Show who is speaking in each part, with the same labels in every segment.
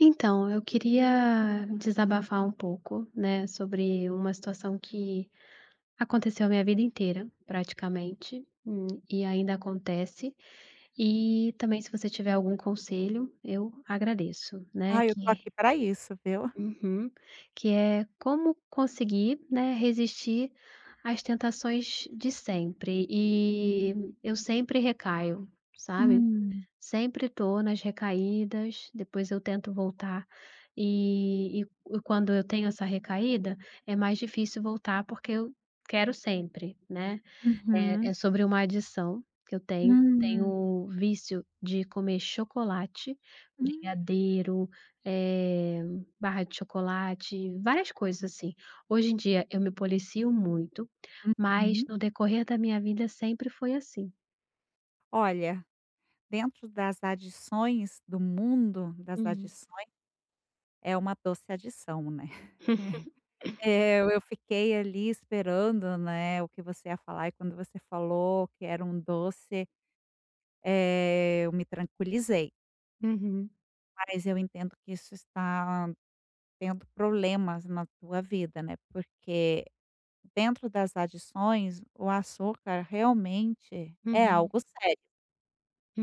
Speaker 1: Então, eu queria desabafar um pouco, né, sobre uma situação que aconteceu a minha vida inteira, praticamente, e ainda acontece. E também, se você tiver algum conselho, eu agradeço, né?
Speaker 2: Ai, eu tô aqui pra isso, viu.
Speaker 1: Uhum. Que é como conseguir, né, resistir às tentações de sempre. E eu sempre recaio, sabe?
Speaker 2: Hum.
Speaker 1: Sempre tô nas recaídas, depois eu tento voltar, e quando eu tenho essa recaída, é mais difícil voltar, porque eu quero sempre, né. É
Speaker 2: Uhum.
Speaker 1: é sobre uma adição que eu tenho
Speaker 2: Hum.
Speaker 1: o vício de comer chocolate,
Speaker 2: Hum.
Speaker 1: brigadeiro, eh, barra de chocolate, várias coisas assim. Hoje em dia eu me policio muito, mas
Speaker 2: Uhum.
Speaker 1: no decorrer da minha vida sempre foi assim.
Speaker 2: Olha, dentro das adições do mundo das
Speaker 1: Hum.
Speaker 2: adições, é uma doce adição, né. Eh, eu fiquei ali esperando, né, o que você ia falar e quando você falou que era um doce, eu me tranquilizei.
Speaker 1: Uhum,
Speaker 2: Mas eu entendo que isso está tendo problemas na tua vida, né, porque dentro das adições, o açúcar realmente é
Speaker 1: uhum.
Speaker 2: algo sério,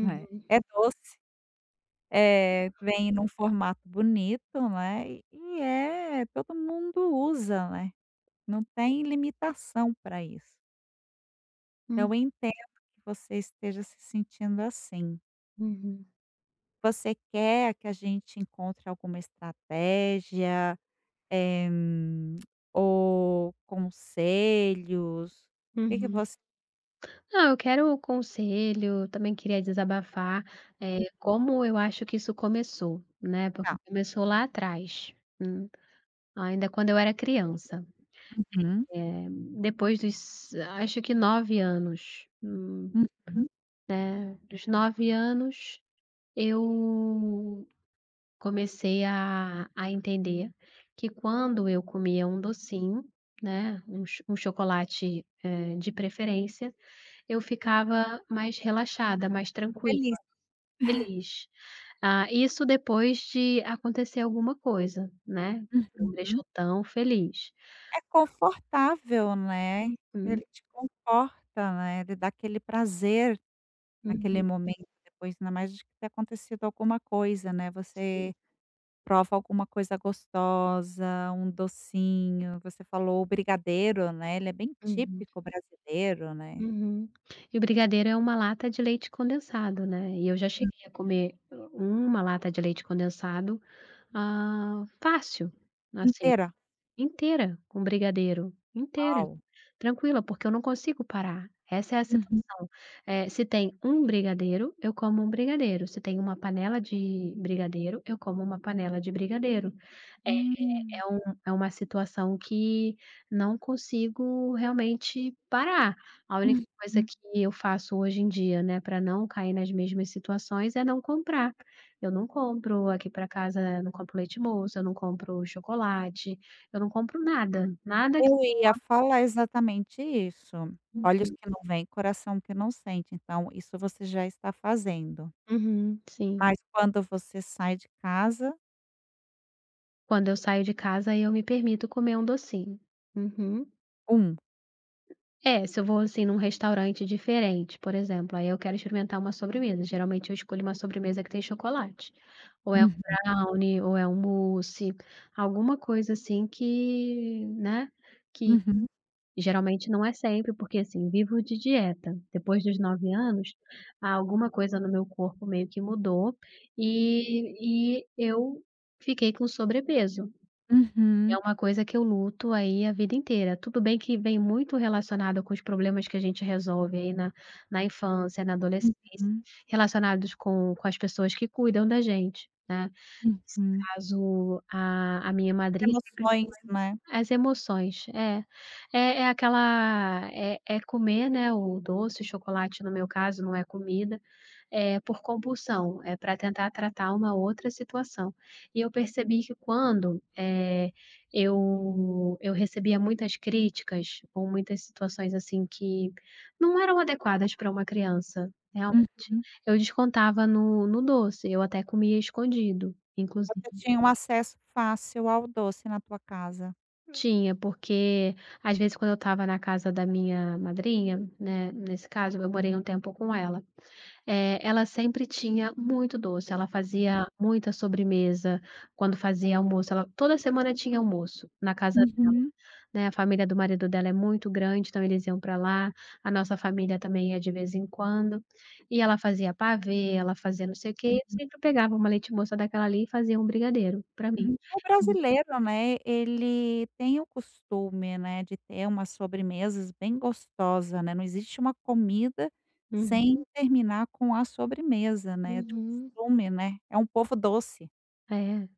Speaker 2: né. É doce, vem num formato bonito, né, e é todo mundo usa, né, não tem limitação para isso. Então
Speaker 1: Hum,
Speaker 2: eu entendo que você esteja se sentindo assim.
Speaker 1: uhum,
Speaker 2: Você quer que a gente encontre alguma estratégia, eh, hum, ou conselhos? O que
Speaker 1: uhum.
Speaker 2: você
Speaker 1: Não, eu quero conselho, também queria desabafar, como eu acho que isso começou, né, porque
Speaker 2: tá.
Speaker 1: começou lá atrás, hum, ainda quando eu era criança,
Speaker 2: Uhum,
Speaker 1: eh, depois dos acho que 9 anos,
Speaker 2: uhum,
Speaker 1: né, dos 9 anos eu comecei a entender que quando eu comia um docinho, né, um cho um chocolate, de preferência. Eu ficava mais relaxada, mais tranquila,
Speaker 2: feliz.
Speaker 1: feliz. Ah, isso depois de acontecer alguma coisa, né, não me
Speaker 2: Uhum.
Speaker 1: deixou tão feliz.
Speaker 2: É confortável, né.
Speaker 1: Uhum,
Speaker 2: Ele te conforta, né, ele dá aquele prazer naquele,
Speaker 1: uhum,
Speaker 2: hum, momento, depois ainda mais de ter acontecido alguma coisa, né, você
Speaker 1: sim.
Speaker 2: prova alguma coisa gostosa, um docinho, você falou o brigadeiro, né, ele é bem
Speaker 1: Uhum,
Speaker 2: típico brasileiro, né.
Speaker 1: uhum. E o brigadeiro é uma lata de leite condensado, né, e eu já
Speaker 2: Hum.
Speaker 1: cheguei a comer uma lata de leite condensado, ah, fácil, assim,
Speaker 2: Inteira.
Speaker 1: inteira, com brigadeiro, inteira. Tranquila, porque eu não consigo parar. Essa é a
Speaker 2: Uhum.
Speaker 1: situação. Se tem um brigadeiro, eu como um brigadeiro. Se tem uma panela de brigadeiro, eu como uma panela de brigadeiro. É
Speaker 2: Hum.
Speaker 1: é um é uma situação que não consigo realmente parar. A única coisa
Speaker 2: Uhum.
Speaker 1: que eu faço hoje em dia, né, para não cair nas mesmas situações é não comprar. Eu não compro aqui para casa, não compro leite moça, eu não compro chocolate, eu não compro nada, nada que.
Speaker 2: Eu ia falar exatamente isso. Olhos
Speaker 1: Uhum,
Speaker 2: que não veem, coração que não sente, então isso você já está fazendo.
Speaker 1: uhum, sim.
Speaker 2: Mas quando você sai de casa,
Speaker 1: Quando eu saio de casa, eu me permito comer um docinho. Uhum.
Speaker 2: um,
Speaker 1: É, se eu vou, assim, num restaurante diferente, por exemplo, aí eu quero experimentar uma sobremesa. Geralmente eu escolho uma sobremesa que tem chocolate. Ou é
Speaker 2: uhum,
Speaker 1: um brownie, ou é um mousse, alguma coisa assim que, né, que
Speaker 2: uhum,
Speaker 1: geralmente não é sempre, porque assim, vivo de dieta. Depois dos 9 anos, há alguma coisa no meu corpo meio que mudou e eu fiquei com sobrepeso. É
Speaker 2: uhum,
Speaker 1: uma coisa que eu luto aí a vida inteira. Tudo bem que vem muito relacionado com os problemas que a gente resolve aí na infância, na adolescência,
Speaker 2: uhum,
Speaker 1: relacionados com as pessoas que cuidam da gente, né. Nesse
Speaker 2: uhum.
Speaker 1: caso, a minha madrinha sempre
Speaker 2: Emoções, né.
Speaker 1: as emoções, é. É aquela é comer, né, o doce, o chocolate, no meu caso, não é comida, é por compulsão, é para tentar tratar uma outra situação. E eu percebi que quando, eu recebia muitas críticas ou muitas situações, assim, que não eram adequadas para uma criança, realmente,
Speaker 2: Uhum.
Speaker 1: eu descontava no doce, eu até comia escondido, inclusive.
Speaker 2: Você tinha um acesso fácil ao doce na tua casa.
Speaker 1: Tinha, porque às vezes quando eu estava na casa da minha madrinha, né, nesse caso eu morei um tempo com ela, ela sempre tinha muito doce, ela fazia muita sobremesa, quando fazia almoço, ela toda semana tinha almoço, na casa,
Speaker 2: Uhum.
Speaker 1: né, a família do marido dela é muito grande, então eles iam para lá, a nossa família também ia de vez em quando, e ela fazia pavê, ela fazia não sei o quê, e eu sempre pegava uma leite moça daquela ali e fazia um brigadeiro para mim.
Speaker 2: Uhum. O
Speaker 1: Hum.
Speaker 2: brasileiro, né, ele tem o costume, né, de ter umas sobremesas bem gostosa, né, não existe uma comida
Speaker 1: Uhum.
Speaker 2: sem terminar com a sobremesa, né, de
Speaker 1: Uhum.
Speaker 2: costume, né, é um povo doce.
Speaker 1: É.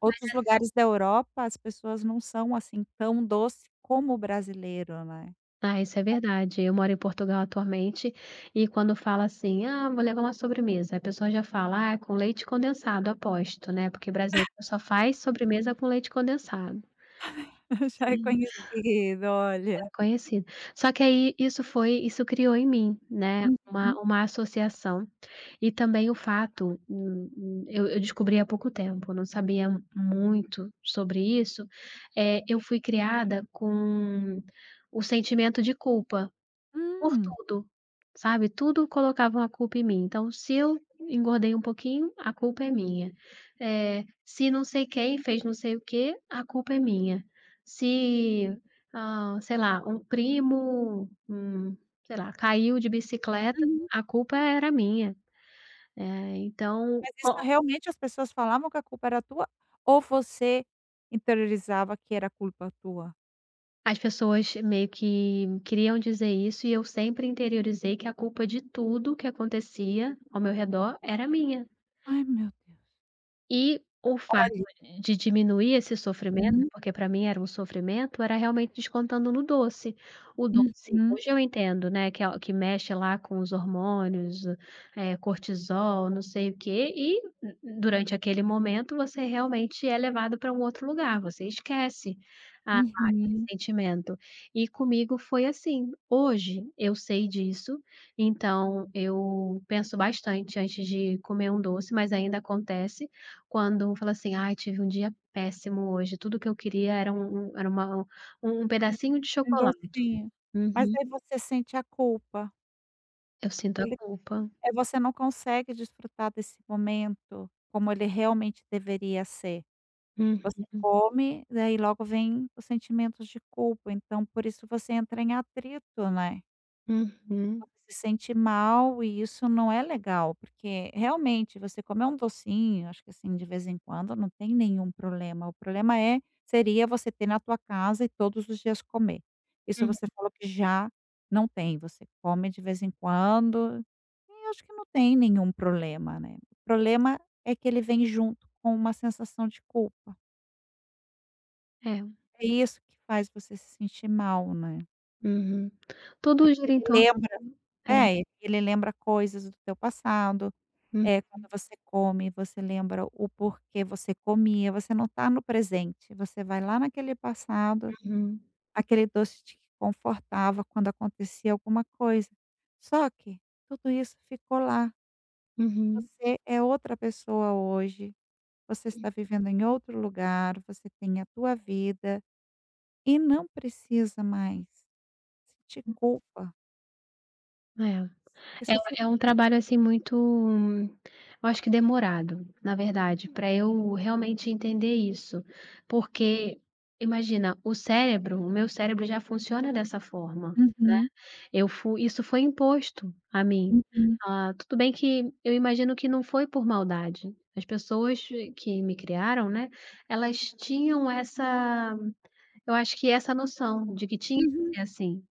Speaker 2: Outros lugares da Europa, as pessoas não são, assim, tão doce como o brasileiro, né.
Speaker 1: Ah, isso é verdade. Eu moro em Portugal atualmente e quando fala assim: "Ah, vou levar uma sobremesa", a pessoa já fala: "Ah, é com leite condensado", aposto, né, porque brasileiro só faz sobremesa com leite condensado.
Speaker 2: Já é
Speaker 1: Sim.
Speaker 2: conhecido,
Speaker 1: Já é
Speaker 2: olha.
Speaker 1: conhecido. Só que aí isso criou em mim, né, uma
Speaker 2: Uhum.
Speaker 1: uma associação e também o fato, eu descobri há pouco tempo, não sabia muito sobre isso, eu fui criada com o sentimento de culpa. Por
Speaker 2: Hum.
Speaker 1: tudo, sabe, tudo colocavam a culpa em mim, então se eu engordei um pouquinho, a culpa é minha. Se não sei quem fez não sei o quê, a culpa é minha. Se, ah, sei lá, um primo, sei lá, caiu de bicicleta,
Speaker 2: Hum.
Speaker 1: a culpa era minha. Eh, então,
Speaker 2: Mas isso
Speaker 1: o
Speaker 2: realmente as pessoas falavam que a culpa era tua ou você interiorizava que era culpa tua?
Speaker 1: as pessoas meio que queriam dizer isso e eu sempre interiorizei que a culpa de tudo que acontecia ao meu redor era minha.
Speaker 2: Ai, meu Deus.
Speaker 1: E o fato
Speaker 2: Olha,
Speaker 1: de diminuir esse sofrimento,
Speaker 2: uhum,
Speaker 1: porque para mim era um sofrimento, era realmente descontando no doce. O doce
Speaker 2: uhum,
Speaker 1: hoje eu entendo, né, que é que mexe lá com os hormônios, cortisol, não sei o quê, e durante aquele momento você realmente é levado para um outro lugar, você esquece.
Speaker 2: uhum.
Speaker 1: Sentimento. E comigo foi assim. Hoje eu sei disso, então eu penso bastante antes de comer um doce, mas ainda acontece quando fala assim: "Ai, tive um dia péssimo hoje, tudo que eu queria era um um era uma pedacinho de
Speaker 2: Um
Speaker 1: chocolate".
Speaker 2: docinho. Mas
Speaker 1: Uhum.
Speaker 2: aí você sente a culpa.
Speaker 1: Eu sinto a
Speaker 2: Ele
Speaker 1: culpa.
Speaker 2: você não consegue desfrutar desse momento como ele realmente deveria ser. Você
Speaker 1: Uhum,
Speaker 2: come, daí logo vem os sentimentos de culpa, então por isso você entra em atrito, né?
Speaker 1: uhum,
Speaker 2: Você se sente mal e isso não é legal, porque realmente você comer um docinho, acho que assim, de vez em quando, não tem nenhum problema. O problema seria você ter na tua casa e todos os dias comer. Isso
Speaker 1: hum,
Speaker 2: você falou que já não tem, você come de vez em quando, e acho que não tem nenhum problema, né. O problema é que ele vem junto com uma sensação de culpa.
Speaker 1: é,
Speaker 2: É isso que faz você se sentir mal, né,
Speaker 1: uhum. Tudo gira
Speaker 2: porque
Speaker 1: em
Speaker 2: ele
Speaker 1: torno
Speaker 2: lembra.
Speaker 1: é,
Speaker 2: Ele lembra coisas do teu passado.
Speaker 1: uhum,
Speaker 2: É, quando você come, você lembra o porquê você comia, você não está no presente, você vai lá naquele passado,
Speaker 1: uhum,
Speaker 2: aquele doce te confortava quando acontecia alguma coisa. Só que tudo isso ficou lá,
Speaker 1: uhum,
Speaker 2: você é outra pessoa hoje, você está vivendo em outro lugar, você tem a tua vida e não precisa mais sentir culpa.
Speaker 1: é.
Speaker 2: Isso fi
Speaker 1: É um trabalho, assim, muito eu acho que demorado, na verdade, para eu realmente entender isso, porque imagina, o meu cérebro já funciona dessa forma.
Speaker 2: Uhum,
Speaker 1: Isso foi imposto a mim.
Speaker 2: uhum,
Speaker 1: Ah, tudo bem que eu imagino que não foi por maldade. As pessoas que me criaram, né, elas tinham essa eu acho que essa noção de que tinha
Speaker 2: uhum.
Speaker 1: que ser assim.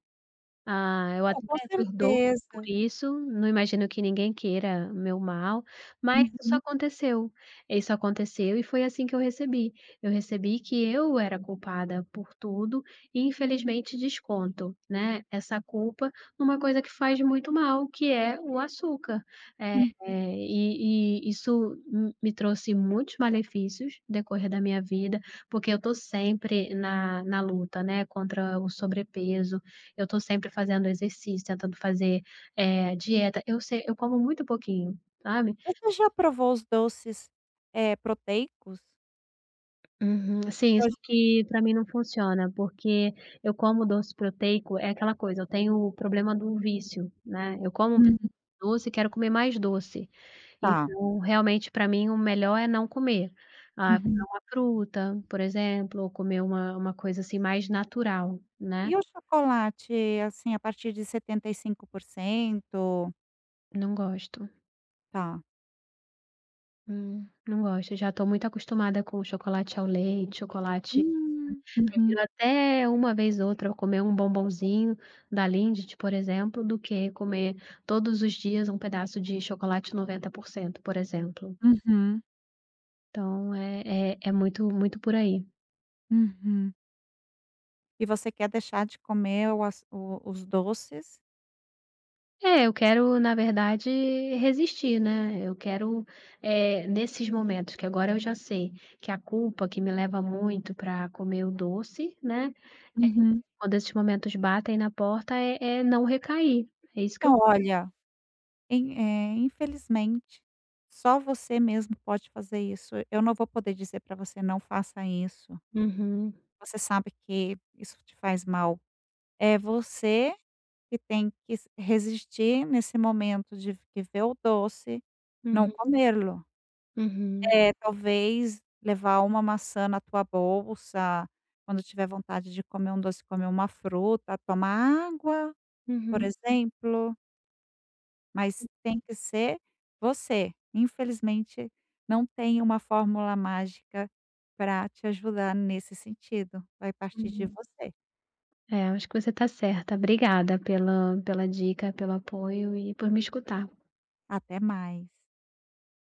Speaker 1: Ah, eu
Speaker 2: Não,
Speaker 1: até
Speaker 2: com
Speaker 1: perdoo por
Speaker 2: certeza.
Speaker 1: isso, não imagino que ninguém queira o meu mal, mas isso
Speaker 2: Uhum,
Speaker 1: aconteceu. Isso aconteceu e foi assim que eu recebi. Eu recebi que eu era culpada por tudo e infelizmente desconto, né, essa culpa numa coisa que faz muito mal, que é o açúcar. Eh,
Speaker 2: hum.
Speaker 1: eh, e e isso m me trouxe muitos malefícios no decorrer da minha vida, porque eu tô sempre na luta, né, contra o sobrepeso, eu tô sempre fazendo exercício, tentando fazer, dieta. Eu sei eu como muito pouquinho, sabe.
Speaker 2: Você já provou os doces, proteicos?
Speaker 1: Uhum. Assim,
Speaker 2: Que
Speaker 1: só
Speaker 2: hoje
Speaker 1: que pra mim não funciona, porque eu como doce proteico, é aquela coisa, eu tenho o problema do vício, né. Eu como um
Speaker 2: Hum,
Speaker 1: doce e quero comer mais doce.
Speaker 2: tá.
Speaker 1: Então, realmente, pra mim, o melhor é não comer. Ah, comer
Speaker 2: Uhum.
Speaker 1: uma fruta, por exemplo, ou comer uma coisa, assim, mais natural, né.
Speaker 2: E o chocolate, assim, a partir de 75%?
Speaker 1: Não gosto.
Speaker 2: Tá.
Speaker 1: Hum. Não gosto. Já tô muito acostumada com chocolate ao leite, chocolate
Speaker 2: Hum. Uhum,
Speaker 1: Prefiro até uma vez ou outra eu comer um bombonzinho da Lindt, por exemplo, do que comer todos os dias um pedaço de chocolate 90%, por exemplo.
Speaker 2: uhum,
Speaker 1: Então é muito muito por aí.
Speaker 2: uhum. E você quer deixar de comer o as o os doces.
Speaker 1: É, eu quero, na verdade, resistir, né. Eu quero, nesses momentos que agora eu já sei que a culpa que me leva muito para comer o doce, né,
Speaker 2: Uhum.
Speaker 1: quando esses momentos batem na porta é não recair. É isso que eu.
Speaker 2: Então olha, infelizmente, só você mesmo pode fazer isso. Eu não vou poder dizer pra você: "Não faça isso".
Speaker 1: Uhum,
Speaker 2: Você sabe que isso te faz mal. É você que tem que s resistir nesse momento de que vê o doce, não
Speaker 1: uhum,
Speaker 2: comê-lo.
Speaker 1: uhum,
Speaker 2: É, talvez levar uma maçã na tua bolsa, quando tiver vontade de comer um doce, comer uma fruta, tomar água, por
Speaker 1: uhum.
Speaker 2: exemplo, mas tem que ser você. Infelizmente, não tem uma fórmula mágica para te ajudar nesse sentido, vai partir de
Speaker 1: Uhum.
Speaker 2: você.
Speaker 1: É, acho que você está certa. Obrigada pela dica, pelo apoio e por me escutar.
Speaker 2: Até mais.